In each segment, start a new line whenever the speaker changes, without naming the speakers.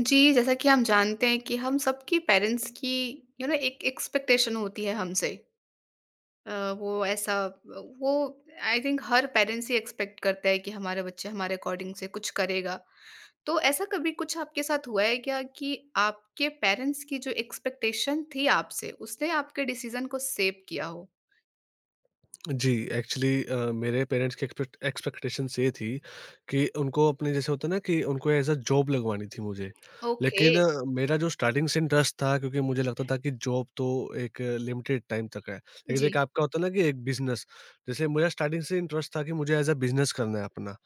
जी, जैसा कि हम जानते हैं कि हम सबकी पेरेंट्स की यू नो एक एक्सपेक्टेशन होती है हमसे। अ, वो ऐसा वो आई थिंक हर पेरेंट्स ही एक्सपेक्ट करता है कि हमारे बच्चे हमारे अकॉर्डिंग से कुछ करेगा। तो ऐसा कभी कुछ आपके साथ हुआ है क्या कि आपके पेरेंट्स की जो एक्सपेक्टेशन थी आपसे, उसने आपके डिसीज़न को शेप किया हो?
जी, एक्चुअली मेरे पेरेंट्स की एक्सपेक्टेशंस ये थी कि उनको, अपने जैसे होता है ना, कि उनको एज़ अ जॉब लगवानी थी मुझे।
ओके।
लेकिन मेरा जो स्टार्टिंग से इंटरेस्ट था, क्योंकि मुझे लगता था कि जॉब तो एक लिमिटेड टाइम तक है। लेकिन एक
जी।
आपका होता है ना कि एक बिज़नेस, जैसे मुझे स्टार्टिंग से इंटरेस्ट था कि मुझे एज़ अ बिज़नेस करना है अपना।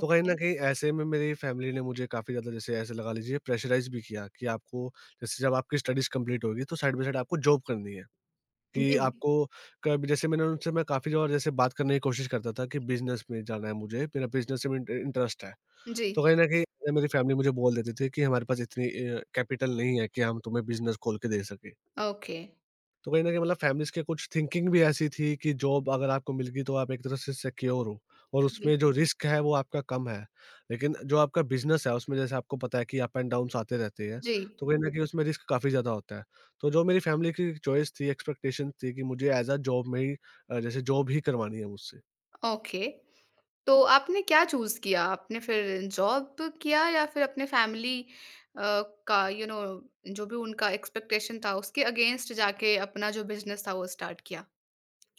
तो कहीं न कहीं ऐसे में मेरी फैमिली ने मुझे काफ़ी ज़्यादा, जैसे ऐसे लगा लीजिए, प्रेशराइज़ भी किया कि आपको, जैसे जब आपकी स्टडीज़ कंप्लीट होगी, तो साइड बाय साइड आपको जॉब करनी है। कि
जी।
आपको कब, जैसे मैंने उनसे, मैं काफ़ी और जैसे बात करने की कोशिश करता था कि बिज़नेस में जाना है मुझे, मेरा बिज़नेस में इंटरेस्ट है।
जी।
तो कहीं न कहीं मेरी फैमिली मुझे बोल देती थी कि हमारे पास इतनी कैपिटल नहीं है कि हम तुम्हें बिज़नेस खोल के दे सकें।
ओके।
तो कहीं न कहीं मतलब फैमिलीज़ के कुछ थिंकिंग भी ऐसी थी कि जॉब अगर आपको मिल गई तो आप एक तरह से सिक्योर हो, और
जी।
उसमें जो रिस्क है वो आपका कम है। लेकिन जो आपका बिज़नेस है उसमें, जैसे आपको पता है कि अप एंड डाउन्स आते रहते हैं,
जी।
तो कहीं न कहीं उसमें रिस्क काफ़ी ज़्यादा होता है। तो जो मेरी फैमिली की चॉइस थी, एक्सपेक्टेशन थी कि मुझे एज़ अ जॉब में ही, जैसे जॉब ही करवानी है मुझसे।
ओके। तो आपने क्या चूज़ किया? आपने फिर जॉब किया या फिर अपने फैमिली अ, का यू you नो know, जो भी उनका एक्सपेक्टेशन था उसके अगेंस्ट जाके अपना जो बिज़नेस था वो स्टार्ट किया?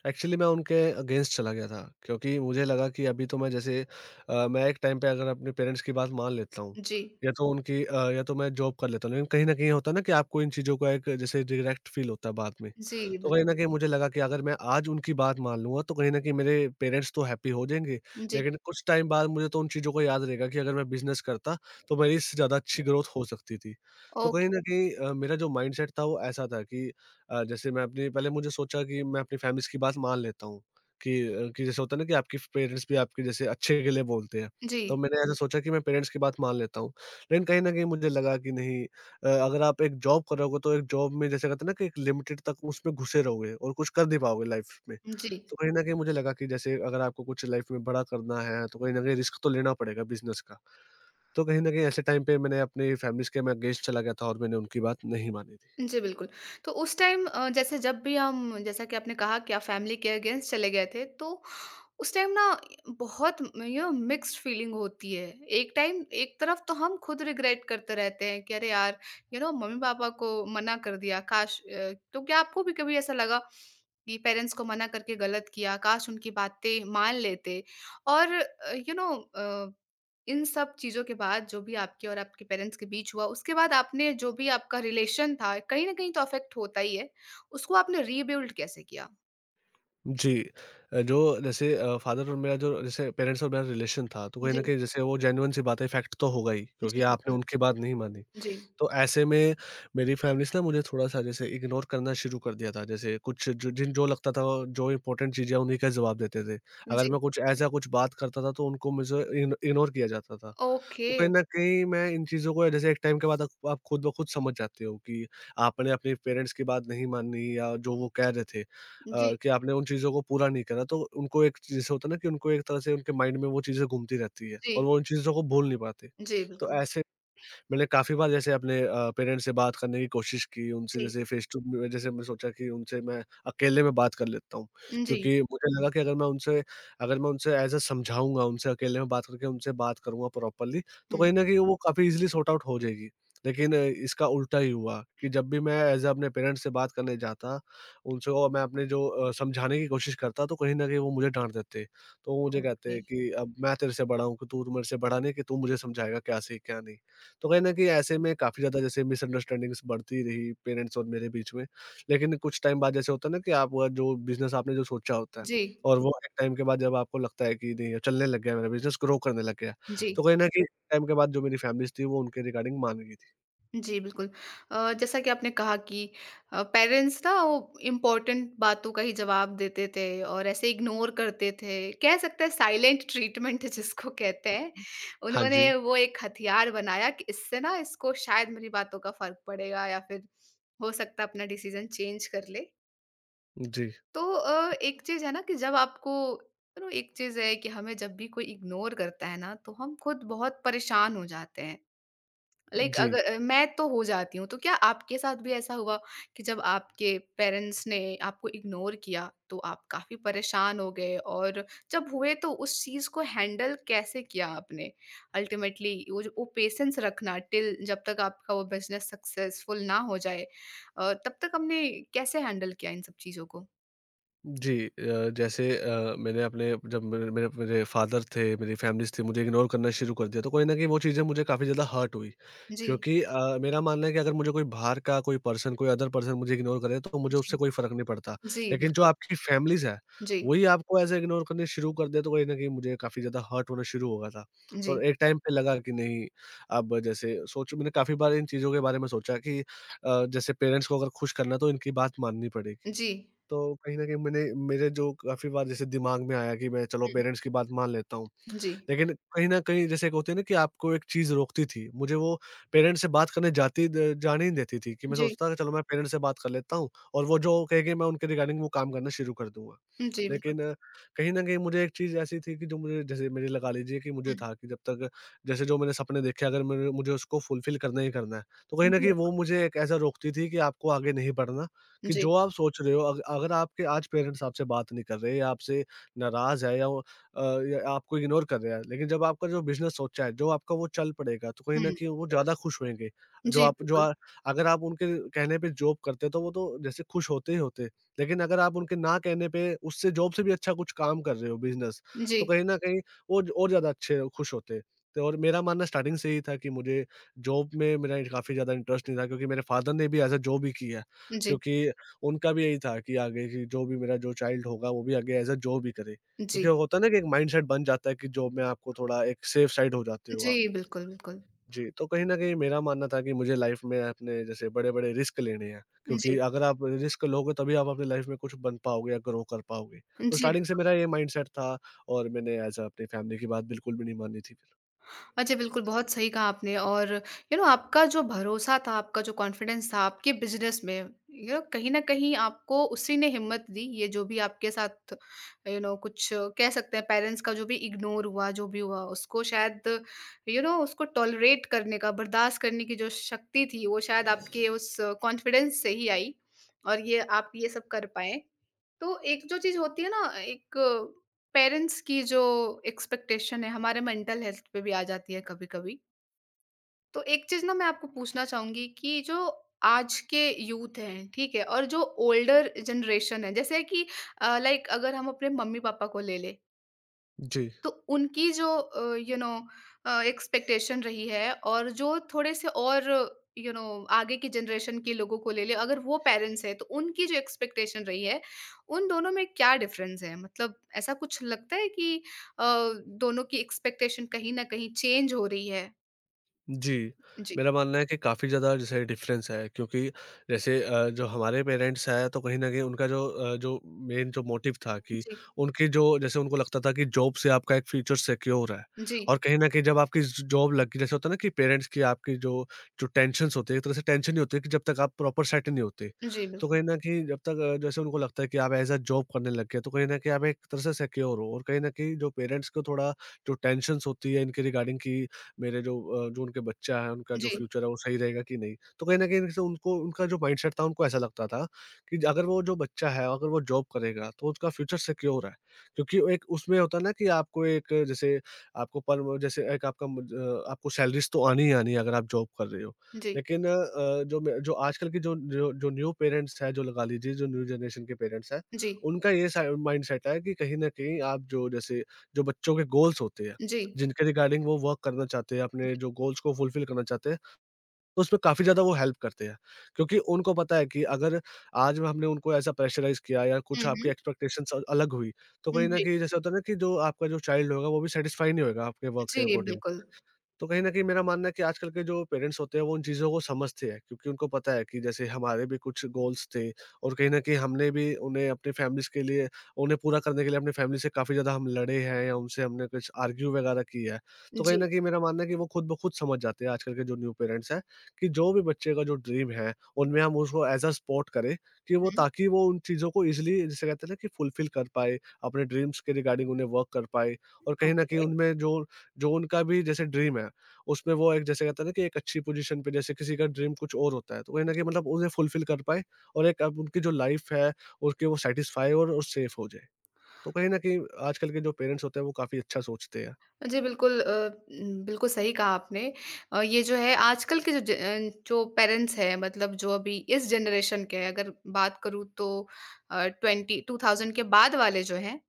एक्चुअली मैं उनके अगेंस्ट चला गया था, क्योंकि मुझे लगा कि अभी तो मैं जैसे मैं एक टाइम पे अगर अपने पेरेंट्स की बात मान लेता हूँ,
जी।
या तो उनकी, या तो मैं जॉब कर लेता हूँ, लेकिन कहीं न कहीं होता है ना कि आपको इन चीज़ों का एक जैसे रिग्रेट फ़ील होता है बाद में।
जी,
तो कहीं
बिल्कुल।
न कहीं मुझे लगा कि अगर मैं आज उनकी बात मान लूँगा, तो कहीं न कहीं मेरे पेरेंट्स तो हैप्पी हो जाएँगे,
जी,
लेकिन कुछ टाइम बाद मुझे तो उन चीज़ों को याद रहेगा कि अगर मैं बिज़नेस करता, तो मेरी इससे ज़्यादा अच्छी ग्रोथ हो सकती थी। तो
ओके,
कहीं न कहीं मेरा जो माइंडसेट था वो ऐसा था कि जैसे मैं अपनी पहले मुझे सोचा कि मैं अपनी फैमिलीज़ की बात मान लेता हूँ, कि कि जैसे होता है ना कि आपके पेरेंट्स भी आपके जैसे अच्छे के लिए बोलते हैं।
जी,
तो मैंने ऐसा सोचा कि मैं पेरेंट्स की बात मान लेता हूँ। लेकिन कहीं न कहीं मुझे लगा कि नहीं, अगर आप एक जॉब कर रहे हो तो एक जॉब में, जैसे कहते हैं ना कि एक लिमिटेड तक उसमें घुसे रहोगे और कुछ कर नहीं पाओगे लाइफ़ में।
जी।
तो कहीं न कहीं मुझे लगा कि जैसे अगर आपको कुछ लाइफ़ में बड़ा करना है, तो कहीं न कहीं रिस्क तो लेना पड़ेगा बिज़नेस का। तो कहीं न कहीं ऐसे टाइम पे मैंने अपनी फैमिलीज़ के मैं अगेंस्ट चला गया था, और मैंने उनकी बात नहीं मानी थी।
जी, बिल्कुल। तो उस टाइम जैसे जब भी हम जैसा कि आपने कहा कि आप फैमिली के अगेंस्ट चले गए थे, तो उस टाइम ना बहुत यू नो मिक्स्ड फीलिंग होती है। एक टाइम एक तरफ तो हम खुद रिग्रेट करते रहते हैं कि अरे यार यू नो मम्मी-पापा को मना कर दिया काश तो क्या आपको भी कभी ऐसा लगा कि पेरेंट्स को मना करके गलत किया, काश उनकी बातें मान लेते? और यू नो इन सब चीज़ों के बाद जो भी आपके और आपके पेरेंट्स के बीच हुआ, उसके बाद आपने जो भी आपका रिलेशन था, कहीं न कहीं तो अफ़ेक्ट होता ही है। उसको आपने रीबिल्ड कैसे किया?
जी। जो जैसे फ़ादर और मेरा, जो जैसे पेरेंट्स और मेरा रिलेशन था, तो कहीं न
जी।
कहीं जैसे वो जेन्युइन सी बात है, फैक्ट तो होगा ही,
जी,
क्योंकि आपने
बिल्कुल।
उनकी बात नहीं मानी।
जी।
तो ऐसे में मेरी फैमिलीज़ ना मुझे थोड़ा-सा जैसे इग्नोर करना शुरू कर दिया था। जैसे कुछ जो जिन जो लगता था जो इम्पोर्टेंट चीज़ें हैं, उन्हीं का जवाब देते थे। अगर
जी।
मैं कुछ ऐसा कुछ बात करता था, तो उनको मुझसे इग इग्नोर किया जाता था।
ओके,
तो कहीं न कहीं मैं इन चीज़ों को जैसे, एक टाइम के बाद आप खुद ब खुद समझ जाते हो कि आपने अपने पेरेंट्स की बात नहीं मानी, या जो वो कह रहे थे,
जी,
कि आपने उन चीज़ों को पूरा नहीं करा, तो उनको एक, जैसे होता है ना कि उनको एक तरह से उनके माइंड में वो चीज़ें घूमती रहती है और
जी,
वो उन चीज़ों को भूल नहीं पाते।
जी,
तो
बिल्कुल,
ऐसे मैंने काफ़ी बार जैसे अपने पेरेंट्स से बात करने की कोशिश की, उनसे
जी,
जैसे फेस टू, जैसे मैं सोचा कि उनसे मैं अकेले में बात कर लेता हूँ,
जी,
क्योंकि मुझे लगा कि अगर मैं उनसे ऐज़ अ समझाऊँगा, उनसे अकेले में बात करके उनसे बात करूँगा प्रॉपर्ली, तो
हुँ,
कहीं न कहीं वो काफ़ी ईज़िली सॉर्ट आउट हो जाएगी। लेकिन इसका उल्टा ही हुआ कि जब भी मैं ऐज़ अ अपने पेरेंट्स से बात करने जाता, उनसे, और मैं अपने जो समझाने की कोशिश करता, तो कहीं न कहीं वो मुझे डाँट देते। तो वो मुझे
ओके,
कहते कि, "अब मैं तेरे से बड़ा हूँ, कि तू मेरे से बड़ा नहीं है कि तू मुझे समझाएगा क्या सही, क्या नहीं।" तो कहीं न कहीं ऐसे में काफ़ी ज़्यादा जैसे मिसअंडरस्टैंडिंग्स बढ़ती रही पेरेंट्स और मेरे बीच में। लेकिन कुछ टाइम बाद, जैसे होता है ना कि आप वो जो बिज़नेस आपने जो सोचा होता है,
जी,
और वो एक टाइम के बाद जब आपको लगता है कि नहीं, चलने लग गया मेरा बिज़नेस, ग्रो करने लग गया।
जी,
तो कहीं न कहीं टाइम के बाद जो मेरी फैमिलीज़ थी वो उनके रिगार्डिंग मान गई थी।
जी, बिल्कुल। जैसा कि आपने कहा कि पेरेंट्स ना वो इम्पोर्टेंट बातों का ही जवाब देते थे और ऐसे इग्नोर करते थे। कह सकते हैं साइलेंट ट्रीटमेंट जिसको कहते हैं,
हाँ जी।
उन्होंने वो एक हथियार बनाया कि इससे ना इसको शायद मेरी बातों का फ़र्क पड़ेगा या फिर हो सकता है अपना डिसीज़न चेंज कर ले।
जी।
तो एक चीज़ है ना कि जब आपको यू नो एक चीज़ है कि हमें जब भी कोई इग्नोर करता है ना तो हम खुद बहुत परेशान हो जाते हैं। लाइक
जी।
अगर मैं तो हो जाती हूँ, तो क्या आपके साथ भी ऐसा हुआ कि जब आपके पेरेंट्स ने आपको इग्नोर किया तो आप काफ़ी परेशान हो गए और जब हुए तो उस चीज़ को हैंडल कैसे किया आपने? अल्टीमेटली वो जो वो पेशेंस रखना टिल जब तक आपका वो बिज़नेस सक्सेसफुल ना हो जाए तब तक हमने कैसे हैंडल किया इन सब चीज़ों को?
जी, जैसे मैंने अपने, जब मेरे मेरे मेरे फादर थे, मेरी फैमिलीज़ थी, मुझे इग्नोर करना शुरू कर दिया, तो कहीं न कहीं वो चीज़ें मुझे काफ़ी ज़्यादा हर्ट हुई।
जी।
क्योंकि मेरा मानना है कि अगर मुझे कोई बाहर का कोई पर्सन, कोई अदर पर्सन मुझे इग्नोर करे, तो मुझे
जी,
उससे कोई फ़र्क नहीं पड़ता।
जी,
लेकिन जो
बिल्कुल।
आपकी फैमिलीज़ है,
जी,
वही आपको ऐसे इग्नोर करने शुरू कर दे, तो कहीं न कहीं मुझे काफ़ी ज़्यादा हर्ट होना शुरू हो गया था। तो
जी,
एक टाइम पे लगा कि नहीं, अब जैसे सोचो, मैंने काफ़ी बार इन चीज़ों के बारे में सोचा कि जैसे पेरेंट्स को अगर खुश करना है, तो इनकी बात माननी पड़ेगी।
जी,
तो कहीं न कहीं मैंने, मेरे जो काफ़ी बार जैसे दिमाग में आया कि मैं, चलो
हुँ,
पेरेंट्स की बात मान लेता हूँ।
जी,
लेकिन कहीं न कहीं, जैसे एक होती है ना कि आपको एक चीज़ रोकती थी। मुझे वो पेरेंट्स से बात करने जाती द जाने ही नहीं देती थी, कि मैं
जी,
सोचता था चलो मैं पेरेंट्स से बात कर लेता हूँ, और वो जो कहेंगे मैं उनके रिगार्डिंग वो काम करना शुरू कर दूँगा।
जी, बिल्कुल,
लेकिन कहीं न कहीं मुझे एक चीज़ ऐसी थी कि जो मुझे, जैसे मेरी लगा लीजिए कि
हुँ,
मुझे था, कि जब तक, जैसे जो मैंने सपने देखे, अगर मैंने, मुझे उसको फुलफ़िल करना ही करना है। तो कहीं
जी,
न कहीं
बिल्कुल,
वो मुझे एक ऐसा रोकती थी कि आपको आगे नहीं बढ़ना, कि
जी,
जो आप सोच रहे हो, अग अगर आपके आज पेरेंट्स आपसे बात नहीं कर रहे, या आपसे नाराज़ है, या वो अ, या आपको इग्नोर कर रहा है। लेकिन जब आपका जो बिज़नेस सोचा है, जो आपका वो चल पड़ेगा, तो कहीं न
हुँ,
कहीं वो ज़्यादा खुश होएँगे। जो
जी,
आप जो
बिल्कुल,
अगर आप उनके कहने पे जॉब करते, तो वो तो जैसे खुश होते ही होते। लेकिन अगर आप उनके ना कहने पे, उससे जॉब से भी अच्छा कुछ काम कर रहे हो बिज़नेस,
जी,
तो कहीं न कहीं वो और ज़्यादा अच्छे खुश होते। तो और मेरा मानना स्टार्टिंग से ही था कि मुझे जॉब में, मेरा काफ़ी ज़्यादा इंटरेस्ट नहीं था, क्योंकि मेरे फादर ने भी एज़ अ जॉब ही की है।
जी,
क्योंकि उनका भी यही था कि आगे, कि जो भी मेरा जो चाइल्ड होगा वो भी आगे एज़ अ जॉब ही करे। क्योंकि
जी,
होता है ना कि एक माइंडसेट बन जाता है कि जॉब में आपको थोड़ा एक सेफ साइड हो जाते हो आप।
जी, बिल्कुल, बिल्कुल,
जी, तो कहीं न कहीं मेरा मानना था कि मुझे लाइफ़ में अपने जैसे बड़े-बड़े रिस्क लेने हैं, क्योंकि
जी,
अगर आप रिस्क लोगे, तभी आप अपनी लाइफ़ में कुछ बन पाओगे या ग्रो कर पाओगे। तो
जी,
स्टार्टिंग से
बिल्कुल।
मेरा ये माइंडसेट था, और मैंने एज़ अ अपनी फैमिली की बात बिल्कुल भी नहीं मानी थी फिर।
अच्छा, बिल्कुल, बहुत सही कहा आपने और यू नो आपका जो भरोसा था, आपका जो कॉन्फिडेंस था आपके बिज़नेस में, यू नो कहीं न कहीं आपको उसी ने हिम्मत दी, ये जो भी आपके साथ यू नो कुछ कह सकते हैं पेरेंट्स का जो भी इग्नोर हुआ, जो भी हुआ, उसको शायद यू नो उसको टॉलरेट करने का, बर्दाश्त करने की जो शक्ति थी, वो शायद आपके उस कॉन्फिडेंस से ही आई और ये आप ये सब कर पाएँ। तो एक जो चीज़ होती है ना एक पेरेंट्स की जो एक्सपेक्टेशन है हमारे मेंटल हेल्थ पे भी आ जाती है कभी-कभी। तो एक चीज़ ना मैं आपको पूछना चाहूँगी कि जो आज के यूथ हैं, ठीक है? और जो ओल्डर जनरेशन है जैसे कि लाइक अगर हम अपने मम्मी-पापा को ले लें,
जी।
तो उनकी जो यू नो एक्सपेक्टेशन रही है और जो थोड़े से और यू नो आगे की जनरेशन के लोगों को ले ले अगर वो पेरेंट्स हैं तो उनकी जो एक्सपेक्टेशन रही है उन दोनों में क्या डिफरेंस है मतलब ऐसा कुछ लगता है कि अ, दोनों की एक्सपेक्टेशन कहीं ना कहीं चेंज हो रही है।
जी,
जी,
मेरा मानना है कि काफ़ी ज़्यादा जैसे डिफ़रेंस है, क्योंकि जैसे जो हमारे पेरेंट्स हैं, तो कहीं न कहीं उनका जो जो मेन जो मोटिव था कि,
जी,
उनकी जो, जैसे उनको लगता था कि जॉब से आपका एक फ्यूचर सिक्योर है,
जी,
और कहीं न कहीं जब आपकी ज जॉब लग गई, जैसे होता है ना कि पेरेंट्स की, आपकी जो जो टेंशन्स होती है, एक तरह से टेंशन ही होती है कि जब तक आप प्रॉपर सेट नहीं होते।
जी,
तो
बिल्कुल,
कहीं न कहीं जब तक, जैसे उनको लगता है कि आप एज़ अ जॉब करने लग गए, तो कहीं न कहीं आप एक तरह से सिक्योर हो, और कहीं न कहीं जो पेरेंट्स को थोड़ा जो टेंशन्स होती है इनके रिगार्डिंग कि, मेरे जो जो उनके बच्चा है, उनका जो
जी,
फ्यूचर है वो सही रहेगा कि नहीं। तो कहीं न कहीं जैसे उनको, उनका जो माइंडसेट था, उनको ऐसा लगता था कि अगर वो जो बच्चा है, अगर वो जॉब करेगा, तो उसका फ्यूचर सिक्योर है। क्योंकि वो एक उसमें होता है ना कि आपको एक जैसे आपको पर जैसे एक आपका आपको सैलरीज़ तो आनी ही आनी है अगर आप जॉब कर रहे हो।
जी,
लेकिन जो मैं जो आजकल की जो जो जो न्यू पेरेंट्स हैं, जो लगा लीजिए जो न्यू जनरेशन के पेरेंट्स हैं,
जी,
उनका ये सा माइंडसेट है कि कहीं न कहीं आप जो जैसे जो बच्चों के गोल्स होते हैं
जी,
जिनके रिगार्डिंग वो वर्क करना चाहते हैं,
जी,
अपने जो गोल्स को फुलफ़िल करना चाहते हैं, तो उसमें काफ़ी ज़्यादा वो हेल्प करते हैं। क्योंकि उनको पता है कि अगर आज में हमने उनको ऐसा प्रेशराइज़ किया या कुछ आपकी
हम्म,
एक्सपेक्टेशंस अलग हुई, तो
हम्म,
कहीं न
जी,
कहीं जैसे होता है ना कि जो आपका जो चाइल्ड होगा वो भी सैटिस्फाई नहीं होएगा आपके वर्क के
जी,
अकॉर्डिंग।
बिल्कुल,
तो कहीं न कहीं मेरा मानना है कि आजकल के जो पेरेंट्स होते हैं, वो उन चीज़ों को समझते हैं क्योंकि उनको पता है कि जैसे हमारे भी कुछ गोल्स थे और कहीं न कहीं हमने भी उन्हें अपनी फैमिलीज़ के लिए उन्हें पूरा करने के लिए अपनी फैमिली से काफ़ी ज़्यादा हम लड़े हैं या उनसे हमने कुछ आर्ग्यू वगैरह किया है। तो कहीं
जी,
न कहीं मेरा मानना है कि वो खुद ब खुद समझ जाते हैं आजकल के जो न्यू पेरेंट्स हैं कि जो भी बच्चे का जो ड्रीम है, उनमें हम उसको एज़ अ सपोर्ट करें कि वो
हम्म,
ताकि वो उन चीज़ों को ईज़िली जिसे कहते हैं ना कि फुलफ़िल कर पाए, अपने ड्रीम्स के रिगार्डिंग उन्हें वर्क कर पाए और कहीं न कहीं
ओके,
उनमें जो जो उनका भी जैसे ड्रीम है उसमें वो एक जैसे कहते हैं ना कि एक अच्छी पोजीशन पे जैसे किसी का ड्रीम कुछ और होता है, तो कहीं न कहीं मतलब उन्हें फुलफ़िल कर पाएँ और एक अब उनकी जो लाइफ़ है, उसके वो सैटिस्फाई और सेफ हो जाए। तो कहीं न कहीं आजकल के जो पेरेंट्स होते हैं, वो काफ़ी अच्छा सोचते हैं।
जी, बिल्कुल बिल्कुल सही कहा आपने। ये जो है आजकल के जो पेरेंट्स हैं मतलब जो अभी इस जनरेशन के हैं अगर बात करूँ तो 20 2000 के बाद वाले जो हैं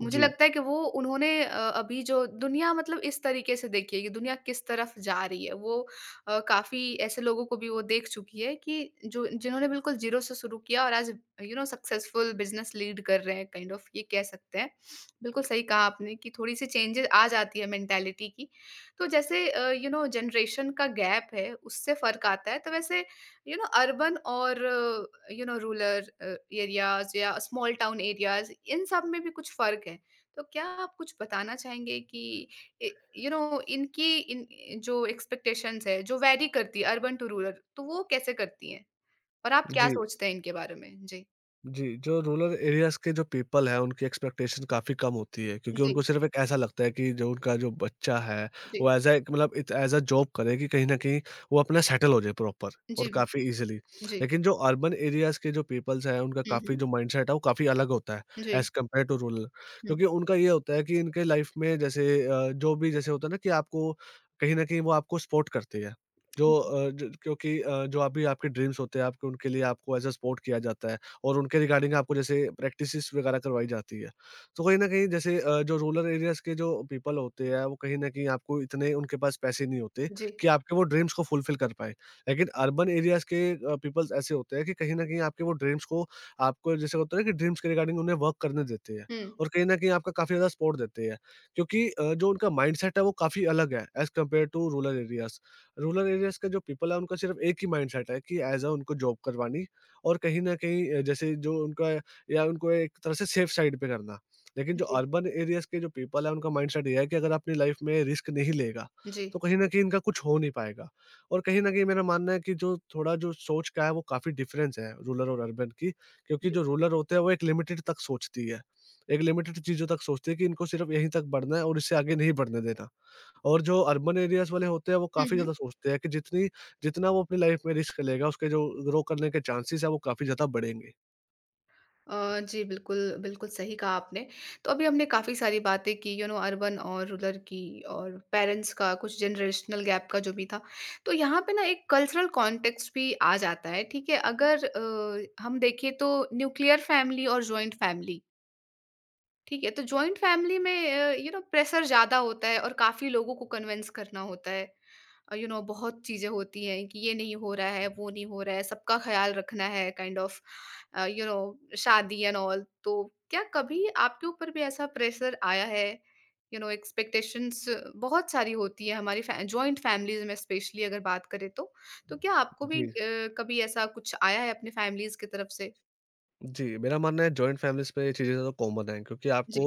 मुझे
जी।
लगता है कि वो उन्होंने अभी जो दुनिया मतलब इस तरीके से देखी है कि दुनिया किस तरफ जा रही है। वो काफ़ी ऐसे लोगों को भी वो देख चुकी है कि जो जिन्होंने बिल्कुल ज़ीरो से शुरू किया और आज you know successful business lead कर रहे हैं काइंड ऑफ ये कह सकते हैं। बिल्कुल सही कहा आपने कि थोड़ी-सी चेंजेज़ आ जाती है मेंटालिटी की। तो जैसे यू नो जनरेशन का गैप है उससे फ़र्क आता है। तो वैसे you know urban और you know rural areas या small town areas इन सब में भी कुछ फर्क है तो क्या आप कुछ बताना चाहेंगे कि यू नो इनकी इन जो एक्सपेक्टेशंस है जो वैरी करती है अर्बन टू रूरल तो वो कैसे करती हैं और आप क्या
जी।
सोचते हैं इनके बारे में? जी,
जी, जो रूरल एरियाज़ के जो पीपल हैं, उनकी एक्सपेक्टेशन काफ़ी कम होती है क्योंकि उनको
जी,
सिर्फ़ एक ऐसा लगता है कि जो उनका जो बच्चा है,
जी,
वो एज़ अ एक मतलब इत एज़ अ जॉब करे कि कहीं न कहीं वो अपना सेटल हो जाए प्रॉपर और
जी,
काफ़ी
बिल्कुल,
ईज़िली।
जी,
लेकिन जो अर्बन एरियाज़ के जो पीपल्स हैं, उनका
हम्म,
काफ़ी जो माइंडसेट है, वो काफ़ी अलग होता है
जी,
एज़ कम्पेयर टू रूरल।
हम्म,
क्योंकि उनका ये होता है कि इनके लाइफ़ में जैसे जो भी जैसे होता है ना कि आपको कहीं न कहीं वो आपको सपोर्ट करती है। जो
जी,
अ, ज क्योंकि जो अभी आपके ड्रीम्स होते हैं, आपके उनके लिए आपको एज़ अ सपोर्ट किया जाता है। और उनके रिगार्डिंग आपको जैसे प्रैक्टिसेस वगैरह करवाई जाती है। तो कहीं न कहीं जैसे जो रूरल एरियाज़ के जो पीपल होते हैं, वो कहीं न कहीं आपको इतने उनके पास पैसे नहीं होते
जी,
कि आपके वो ड्रीम्स को फुलफ़िल कर पाएँ। लेकिन अर्बन एरियाज़ के पीपल्स ऐसे होते हैं कि कहीं न कहीं आपके वो ड्रीम्स को आपको जैसे होता है ना कि ड्रीम्स के रिगार्डिंग उन्हें वर्क करने देते हैं
हम्म,
और कहीं न कहीं आपका काफ़ी ज़्यादा सपोर्ट देते हैं क्योंकि जो उनका माइंडसेट है वो काफ़ी अलग है as compare to rural areas. Rural areas के जो पीपल है उनका सिर्फ़ एक ही माइंडसेट है कि ऐज़ अ उनको जॉब करवानी और कहीं न कहीं जैसे जो उनका या उनको एक तरह से सेफ साइड पे करना। लेकिन जो
जी,
अर्बन एरियाज़ के जो पीपल हैं उनका माइंडसेट ये है कि अगर अपनी लाइफ़ में रिस्क नहीं लेगा,
जी,
तो कहीं न कहीं इनका कुछ हो नहीं पाएगा। और कहीं न कहीं मेरा मानना है कि जो थोड़ा जो सोच का है वो काफ़ी डिफ़रेंस है रूरल और अर्बन की, क्योंकि
जी,
जो रूरल होते हैं वो एक लिमिटेड तक सोचती है। एक लिमिटेड चीज़ों तक सोचती है कि इनको सिर्फ़ यहीं तक बढ़ना है और इससे आगे नहीं बढ़ने देना। और जो अर्बन एरियाज़ वाले होते हैं वो
हम्म,
काफ़ी
हम्म।
ज़्यादा सोचते हैं कि जितनी जितना वो अपनी लाइफ़ में रिस्क लेगा उसके जो ग्रो करने के चांसेज़ हैं वो काफ़ी ज़्यादा बढ़ेंगे।
जी, बिल्कुल, बिल्कुल सही कहा आपने। तो अभी हमने काफ़ी सारी बातें की यू नो अर्बन और रूरल की और पेरेंट्स का कुछ जनरेशनल गैप का जो भी था। तो यहाँ पे ना एक कल्चरल कॉन्टेक्स्ट भी आ जाता है, ठीक है? अगर हम देखें तो न्यूक्लियर फैमिली और जॉइंट फैमिली, ठीक है? तो जॉइंट फैमिली में यू नो प्रेशर ज़्यादा होता है और काफ़ी लोगों को कन्विंस करना होता है। यू नो बहुत चीज़ें होती हैं कि ये नहीं हो रहा है, वो नहीं हो रहा है, सबका ख़्याल रखना है काइंड ऑफ़ यू नो शादी एंड ऑल। तो क्या कभी आपके ऊपर भी ऐसा प्रेशर आया है? यू नो एक्सपेक्टेशंस बहुत सारी होती है हमारी फ़ै जॉइंट फ़ैमिलीज़ में स्पेशली अगर बात करें तो। तो क्या आपको भी
जी।
कभी ऐसा कुछ आया है अपनी फ़ैमिलीज़ की तरफ से?
जी, मेरा मानना है जॉइंट फ़ैमिलीज़ में ये चीज़ें ज़्यादा कॉमन हैं क्योंकि आपको
जी,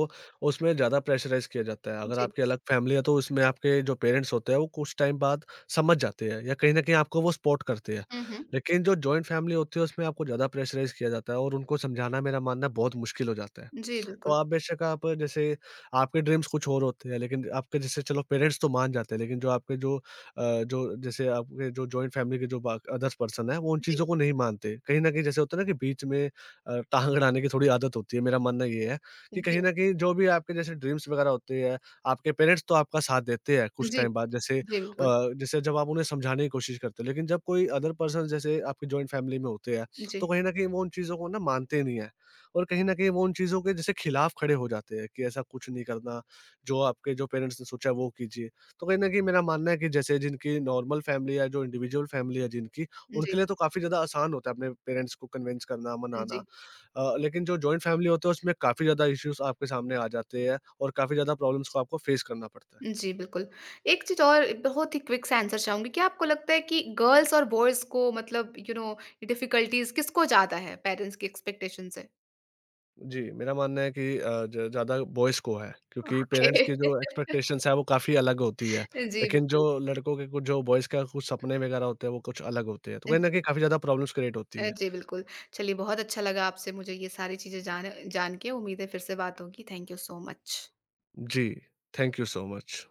उसमें ज़्यादा प्रेशराइज़ किया जाता है। अगर
जी।
आपकी अलग फ़ैमिली है तो उसमें आपके जो पेरेंट्स होते हैं वो कुछ टाइम बाद समझ जाते हैं या कहीं न कहीं आपको वो सपोर्ट करते हैं।
हुँ, हुँ।
लेकिन जो जॉइंट फ़ैमिली होती है उसमें आपको ज़्यादा प्रेशराइज़ किया जाता है और उनको समझाना मेरा मानना है बहुत मुश्किल हो जाता है।
जी,
तो
बिल्कुल।
आप बेशक आप जैसे आपके ड्रीम्स कुछ और होते हैं लेकिन आपके जैसे चलो पेरेंट्स तो मान जाते हैं लेकिन जो आपके जो जो जैसे आपके जो जॉइंट फैमिली के जो अदर पर्सन है वो उन
जी,
चीज़ों को नहीं मानते। कहीं न कहीं जैसे होता है ना कि बीच में टाँग अड़ाने की थोड़ी आदत होती है। मेरा मानना ये है कि कहीं
जी,
न कहीं जो भी आपके जैसे ड्रीम्स वगैरह होते हैं, आपके पेरेंट्स तो आपका साथ देते हैं कुछ
जी,
टाइम बाद जैसे
जी, बिल्कुल।
जैसे जब आप उन्हें समझाने की कोशिश करते हो लेकिन जब कोई अदर पर्सन जैसे आपकी जॉइंट फैमिली में होते हैं, तो
जी,
कहीं न कहीं वो उन चीज़ों को ना मानते नहीं है। और कहीं न कहीं वो उन चीज़ों के जैसे खिलाफ खड़े हो जाते हैं कि ऐसा कुछ नहीं करना, जो आपके जो पेरेंट्स ने सोचा है वो कीजिए। तो कहीं न कहीं मेरा मानना है कि जैसे जिनकी नॉर्मल फैमिली है, जो इंडिविजुअल फैमिली है जिनकी, उनके
जी,
लिए तो काफ़ी ज़्यादा आसान होता है अपने पेरेंट्स को कन्विंस करना, मनाना।
जी।
लेकिन जो जॉइंट फैमिली होते हैं उसमें काफ़ी ज़्यादा इश्यूज़ आपके सामने आ जाते हैं और काफ़ी ज़्यादा प्रॉब्लम्स को आपको फेस करना पड़ता है।
जी, बिल्कुल। एक चीज़ और बहुत ही क्विक सा आंसर चाहूँगी, क्या आपको लगता है कि गर्ल्स और बॉयज़ को मतलब यू नो डिफ़िकल्टीज़ किसको ज़्यादा है पेरेंट्स की एक्सपेक्टेशन से?
जी, मेरा मानना है कि अ, ज ज़्यादा बॉयज़ को है, क्योंकि पेरेंट्स
ओके।
की जो एक्सपेक्टेशंस है वो काफ़ी अलग होती है।
जी,
लेकिन जो
बिल्कुल।
लड़कों के कुछ जो बॉयज़ का कुछ सपने वगैरह होते हैं वो कुछ अलग होते हैं, तो कहीं न
जी।
कहीं काफ़ी ज़्यादा प्रॉब्लम्स क्रिएट होती है।
जी, बिल्कुल। चलिए बहुत अच्छा लगा आपसे मुझे ये सारी चीज़ें जान जान के, उम्मीद है फिर से बात होगी। Thank you so much.
जी, थैंक यू सो मच।